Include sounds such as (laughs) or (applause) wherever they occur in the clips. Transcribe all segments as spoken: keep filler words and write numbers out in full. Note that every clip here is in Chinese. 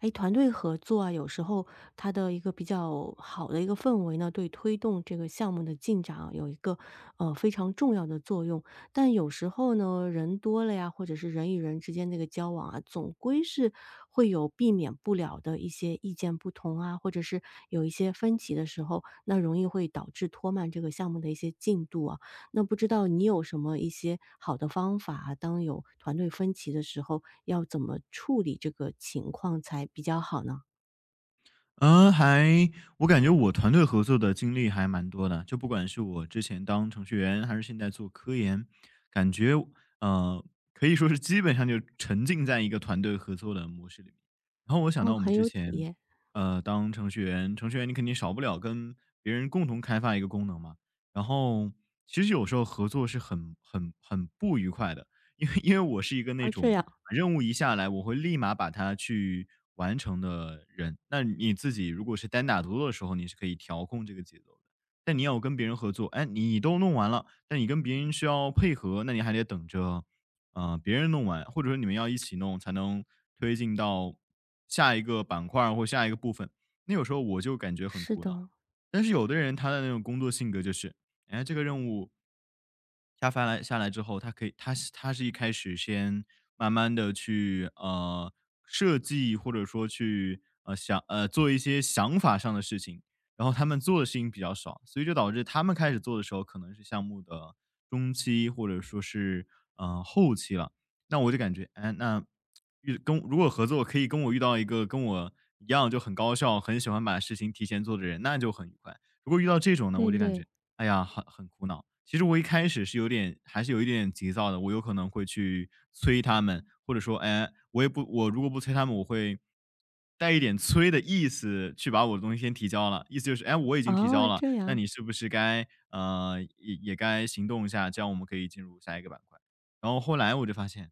哎，团队合作啊，有时候它的一个比较好的一个氛围呢，对推动这个项目的进展啊，有一个呃非常重要的作用。但有时候呢，人多了呀，或者是人与人之间那个交往啊，总归是会有避免不了的一些意见不同啊，或者是有一些分歧的时候，那容易会导致拖慢这个项目的一些进度啊。那不知道你有什么一些好的方法啊，当有团队分歧的时候，要怎么处理这个情况才比较好呢？嗯，还我感觉我团队合作的经历还蛮多的，就不管是我之前当程序员，还是现在做科研，感觉呃，可以说是基本上就沉浸在一个团队合作的模式里面。然后我想哦，到我们很之有体前，验。呃，当程序员，程序员你肯定少不了跟别人共同开发一个功能嘛。然后其实有时候合作是很很很不愉快的，因为因为我是一个那啊，这种样。任务一下来，我会立马把它去完成的人。那你自己如果是单打独斗的时候，你是可以调控这个节奏的。但你要跟别人合作，哎，你都弄完了，但你跟别人需要配合，那你还得等着，呃，别人弄完，或者说你们要一起弄，才能推进到下一个板块儿或下一个部分。那有时候我就感觉很是苦恼。的。但是有的人他的那种工作性格就是，哎，这个任务下发来下来之后，他可以他是他是一开始先慢慢的去，呃，设计或者说去，呃，想呃，做一些想法上的事情，然后他们做的事情比较少，所以就导致他们开始做的时候可能是项目的中期或者说是，呃，后期了。那我就感觉，哎，那遇跟如果合作可以跟我遇到一个跟我一样就很高效，很喜欢把事情提前做的人，那就很愉快。如果遇到这种呢，对我就感觉，对。哎呀，很很苦恼。其实我一开始是有点，还是有一点急躁的。我有可能会去催他们，或者说，哎，我也不，我如果不催他们，我会带一点催的意思去把我的东西先提交了。意思就是，哎，我已经提交哦，了，这那样。你是不是该，呃，也也该行动一下，这样我们可以进入下一个板块。然后后来我就发现，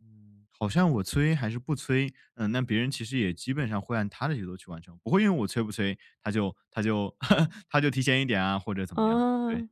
嗯，好像我催还是不催，嗯，那别人其实也基本上会按他的节奏去完成，不会因为我催不催，他就他就 (laughs) 他就提前一点啊，或者怎么样。对，啊。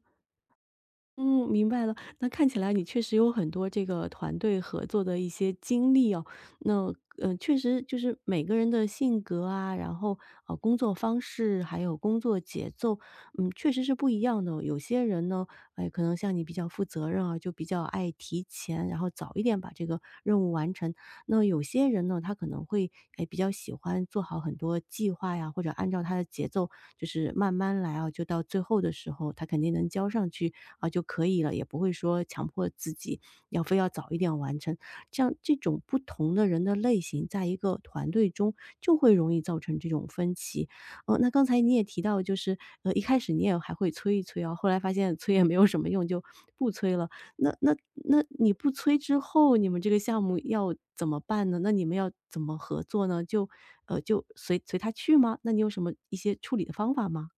嗯，明白了。那看起来你确实有很多这个团队合作的一些经历哦。那嗯呃，确实就是每个人的性格啊，然后呃，工作方式还有工作节奏，嗯，确实是不一样的哦。有些人呢，哎，可能像你比较负责任啊，就比较爱提前，然后早一点把这个任务完成。那有些人呢，他可能会哎比较喜欢做好很多计划呀，或者按照他的节奏，就是慢慢来啊，就到最后的时候，他肯定能交上去啊就可以了，也不会说强迫自己要非要早一点完成。这样这种不同的人的类型，在一个团队中就会容易造成这种分歧。哦，那刚才你也提到，就是呃一开始你也还会催一催啊，后来发现催也没有什么用，就不催了。那那那你不催之后，你们这个项目要怎么办呢？那你们要怎么合作呢？就呃，就随随他去吗？那你有什么一些处理的方法吗？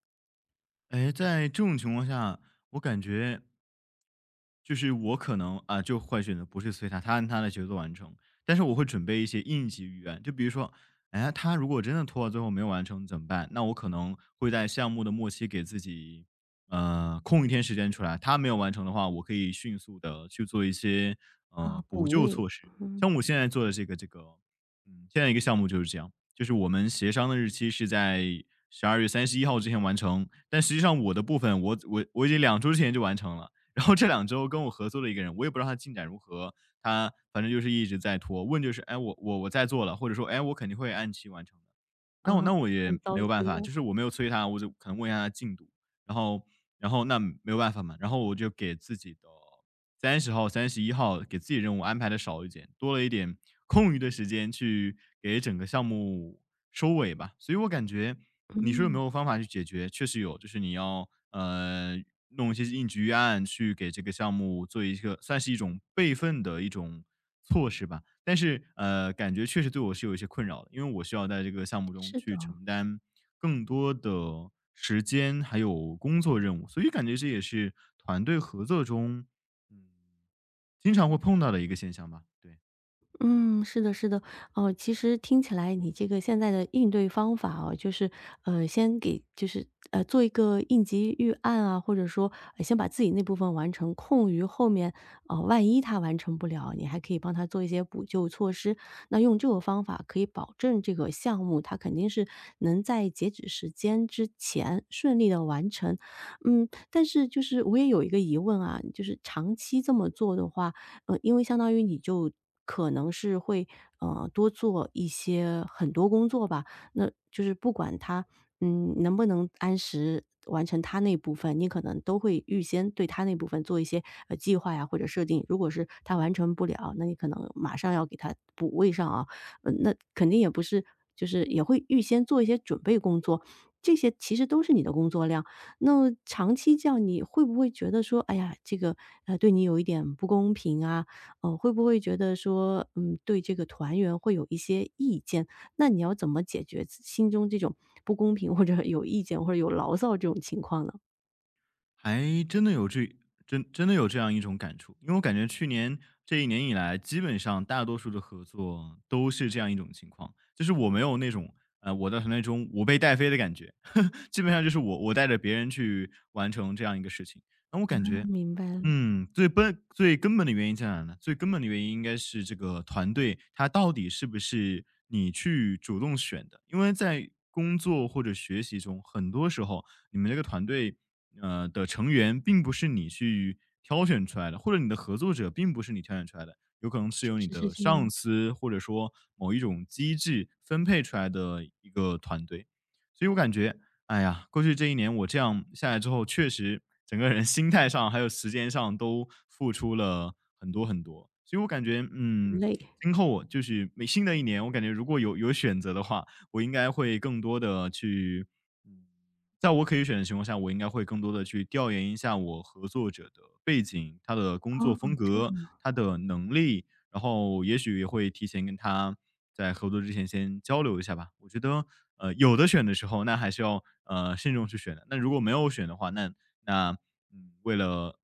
哎，在这种情况下，我感觉，就是我可能啊，就会选择不去催他，他按他的节奏完成。但是我会准备一些应急预案，就比如说，哎，他如果真的拖到最后没有完成怎么办？那我可能会在项目的末期给自己，呃，空一天时间出来。他没有完成的话，我可以迅速的去做一些啊，呃补补救位。措施。嗯。像我现在做的这个这个，嗯，现在一个项目就是这样，就是我们协商的日期是在十二月三十一号之前完成，但实际上我的部分我我我已经两周之前就完成了。然后这两周跟我合作的一个人，我也不知道他进展如何，他反正就是一直在拖，问就是哎我我我在做了，或者说哎我肯定会按期完成的。啊，那我那我也很糟没有办心法，啊。就是我没有催他，我就可能问一下他进度，然后然后那没有办法嘛，然后我就给自己的三十号、三十一号给自己任务安排的少一点，多了一点空余的时间去给整个项目收尾吧。所以我感觉你说有没嗯。有方法去解决？确实有，就是你要呃弄一些应急预案，去给这个项目做一个算是一种备份的一种措施吧。但是呃，感觉确实对我是有一些困扰的，因为我需要在这个项目中是的。去承担更多的时间还有工作任务，所以感觉这也是团队合作中嗯，经常会碰到的一个现象吧。对，嗯，是的，是的。哦，其实听起来你这个现在的应对方法哦，就是呃，先给就是呃，做一个应急预案啊，或者说，呃，先把自己那部分完成，空余后面，呃，万一他完成不了，你还可以帮他做一些补救措施。那用这个方法可以保证这个项目它肯定是能在截止时间之前顺利的完成。嗯，但是就是我也有一个疑问啊，就是长期这么做的话，呃，因为相当于你就可能是会，呃，多做一些很多工作吧，那就是不管他嗯，能不能按时完成他那部分，你可能都会预先对他那部分做一些，呃，计划呀或者设定。如果是他完成不了，那你可能马上要给他补位上啊，呃，那肯定也不是就是也会预先做一些准备工作，这些其实都是你的工作量。那长期这样，你会不会觉得说，哎呀，这个呃对你有一点不公平啊？呃，会不会觉得说，嗯，对这个团员会有一些意见？那你要怎么解决自心中这种不公平或者有意见或者有牢骚这种情况呢？还真的有这真真的有这样一种感触，因为我感觉去年这一年以来，基本上大多数的合作都是这样一种情况，就是我没有那种呃，我在团队中我被带飞的感觉，(laughs) 基本上就是我我带着别人去完成这样一个事情，那我感觉明白了，嗯，最根最根本的原因在哪呢？最根本的原因应该是这个团队，它到底是不是你去主动选的？因为在工作或者学习中，很多时候你们这个团队，呃的成员并不是你去挑选出来的，或者你的合作者并不是你挑选出来的，有可能是确由你实是的这上样。司或者说某一种机制分配出来的一个团队。所以我感觉哎呀，过去这一年我这样下来之后，确实整个人 (laughs) 心态上还有时间上都付出了很多很多，所以我感觉，很嗯，累。今后我就是每新的一年，我感觉如果有有选择的话，我应该会更多的去，嗯在我可以选的情况下，我应该会更多的去调研一下我合作者的背景、他的工作风哦，格、他的能力，然后也许也会提前跟他在合作之前先交流一下吧。我觉得，呃，有的选的时候，那还是要呃慎重去选的。那如果没有选的话，那那嗯，为了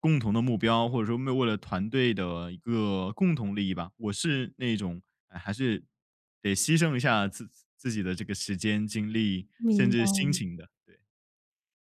共同的目标，或者说为为了团队的一个共同利益吧，我是那种、哎、还是得牺牲一下自自己的这个时间、精力，甚明白至心了。情的。对。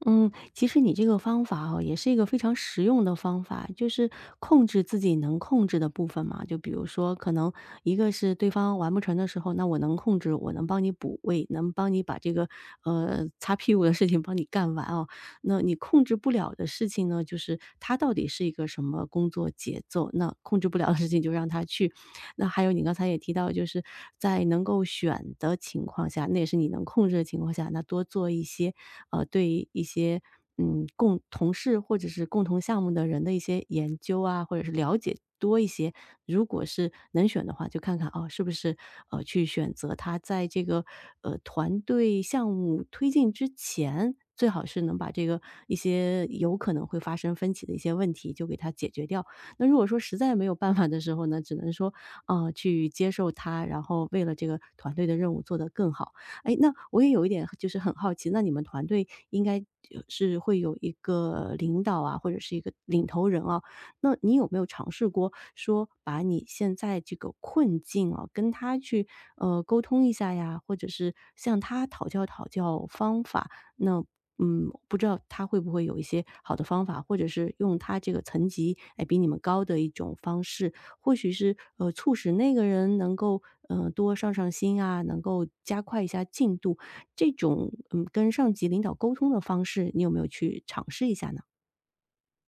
嗯，其实你这个方法哦，也是一个非常实用的方法，就是控制自己能控制的部分嘛。就比如说，可能一个是对方完不成的时候，那我能控制，我能帮你补位，能帮你把这个呃擦屁股的事情帮你干完哦。那你控制不了的事情呢，就是他到底是一个什么工作节奏，那控制不了的事情就让他去。那还有你刚才也提到，就是在能够选的情况下，那也是你能控制的情况下，那多做一些，呃，对一些，嗯，共同事或者是共同项目的人的一些研究啊，或者是了解多一些。如果是能选的话，就看看哦，是不是，呃，去选择他在这个，呃，团队项目推进之前，最好是能把这个一些有可能会发生分歧的一些问题就给它解决掉。那如果说实在没有办法的时候呢，只能说，啊，呃去接受他，然后为了这个团队的任务做得更好。哎，那我也有一点就是很好奇，那你们团队应该呃是会有一个领导啊，或者是一个领头人啊，那你有没有尝试过说把你现在这个困境啊，跟他去，呃，沟通一下呀，或者是向他讨教讨教方法，那嗯，不知道他会不会有一些好的方法，或者是用他这个层级，哎，比你们高的一种方式，或许是呃，促使那个人能够呃多上上心啊，能够加快一下进度，这种嗯跟上级领导沟通的方式，你有没有去尝试一下呢？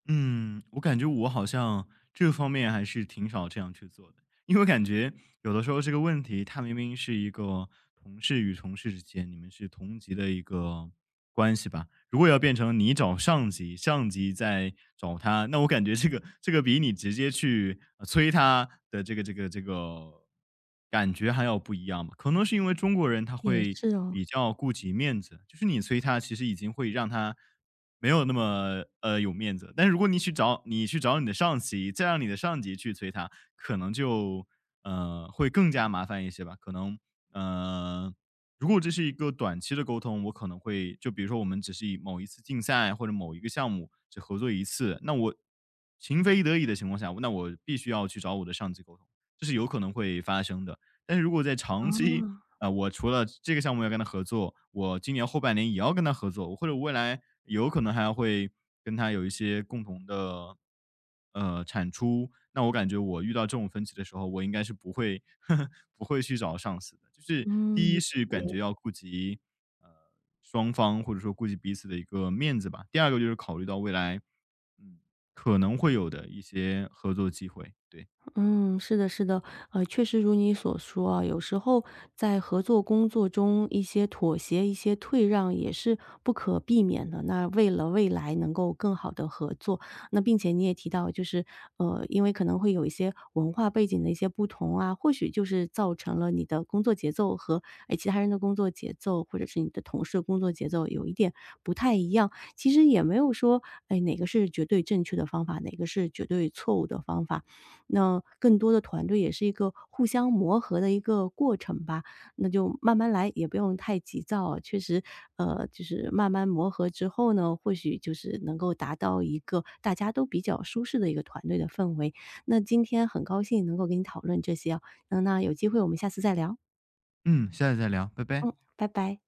嗯，我感觉我好像这方面还是挺少这样去做的，因为我感觉有的时候这个问题，它明明是一个同事与同事之间，你们是同级的一个关系吧。如果要变成你找上级，上级再找他，那我感觉这个这个比你直接去呃催他的这个这个这个感觉还要不一样吧。可能是因为中国人他也会是哦。比较顾及面子，就是你催他，其实已经会让他没有那么呃有面子。但是如果你去找你去找你的上级，再让你的上级去催他，可能就呃会更加麻烦一些吧。可能嗯。呃如果这是一个短期的沟通，我可能会就比如说我们只是以某一次竞赛或者某一个项目只合作一次，那我情非得已的情况下，那我必须要去找我的上级沟通，这是有可能会发生的。但是如果在长期啊。啊，我除了这个项目要跟他合作，我今年后半年也要跟他合作，或者未来有可能还会跟他有一些共同的，呃，产出。那我感觉我遇到这种分歧的时候，我应该是不会 (laughs) 不会去找上司的。就是第嗯。一是感觉要顾及呃双方或者说顾及彼此的一个面子吧。第二个就是考虑到未来，嗯，可能会有的一些合作机会。对，嗯，是的，是的。呃，确实如你所说啊，有时候在合作工作中，一些妥协、一些退让也是不可避免的。那为了未来能够更好的合作，那并且你也提到，就是呃，因为可能会有一些文化背景的一些不同啊，或许就是造成了你的工作节奏和哎其他人的工作节奏，或者是你的同事的工作节奏有一点不太一样。其实也没有说哎哪个是绝对正确的方法，哪个是绝对错误的方法。那更多的团队也是一个互相磨合的一个过程吧，那就慢慢来，也不用太急躁啊。确实，呃，就是慢慢磨合之后呢，或许就是能够达到一个大家都比较舒适的一个团队的氛围。那今天很高兴能够跟你讨论这些啊，嗯，那有机会我们下次再聊。嗯，下次再聊，拜拜。嗯，拜拜。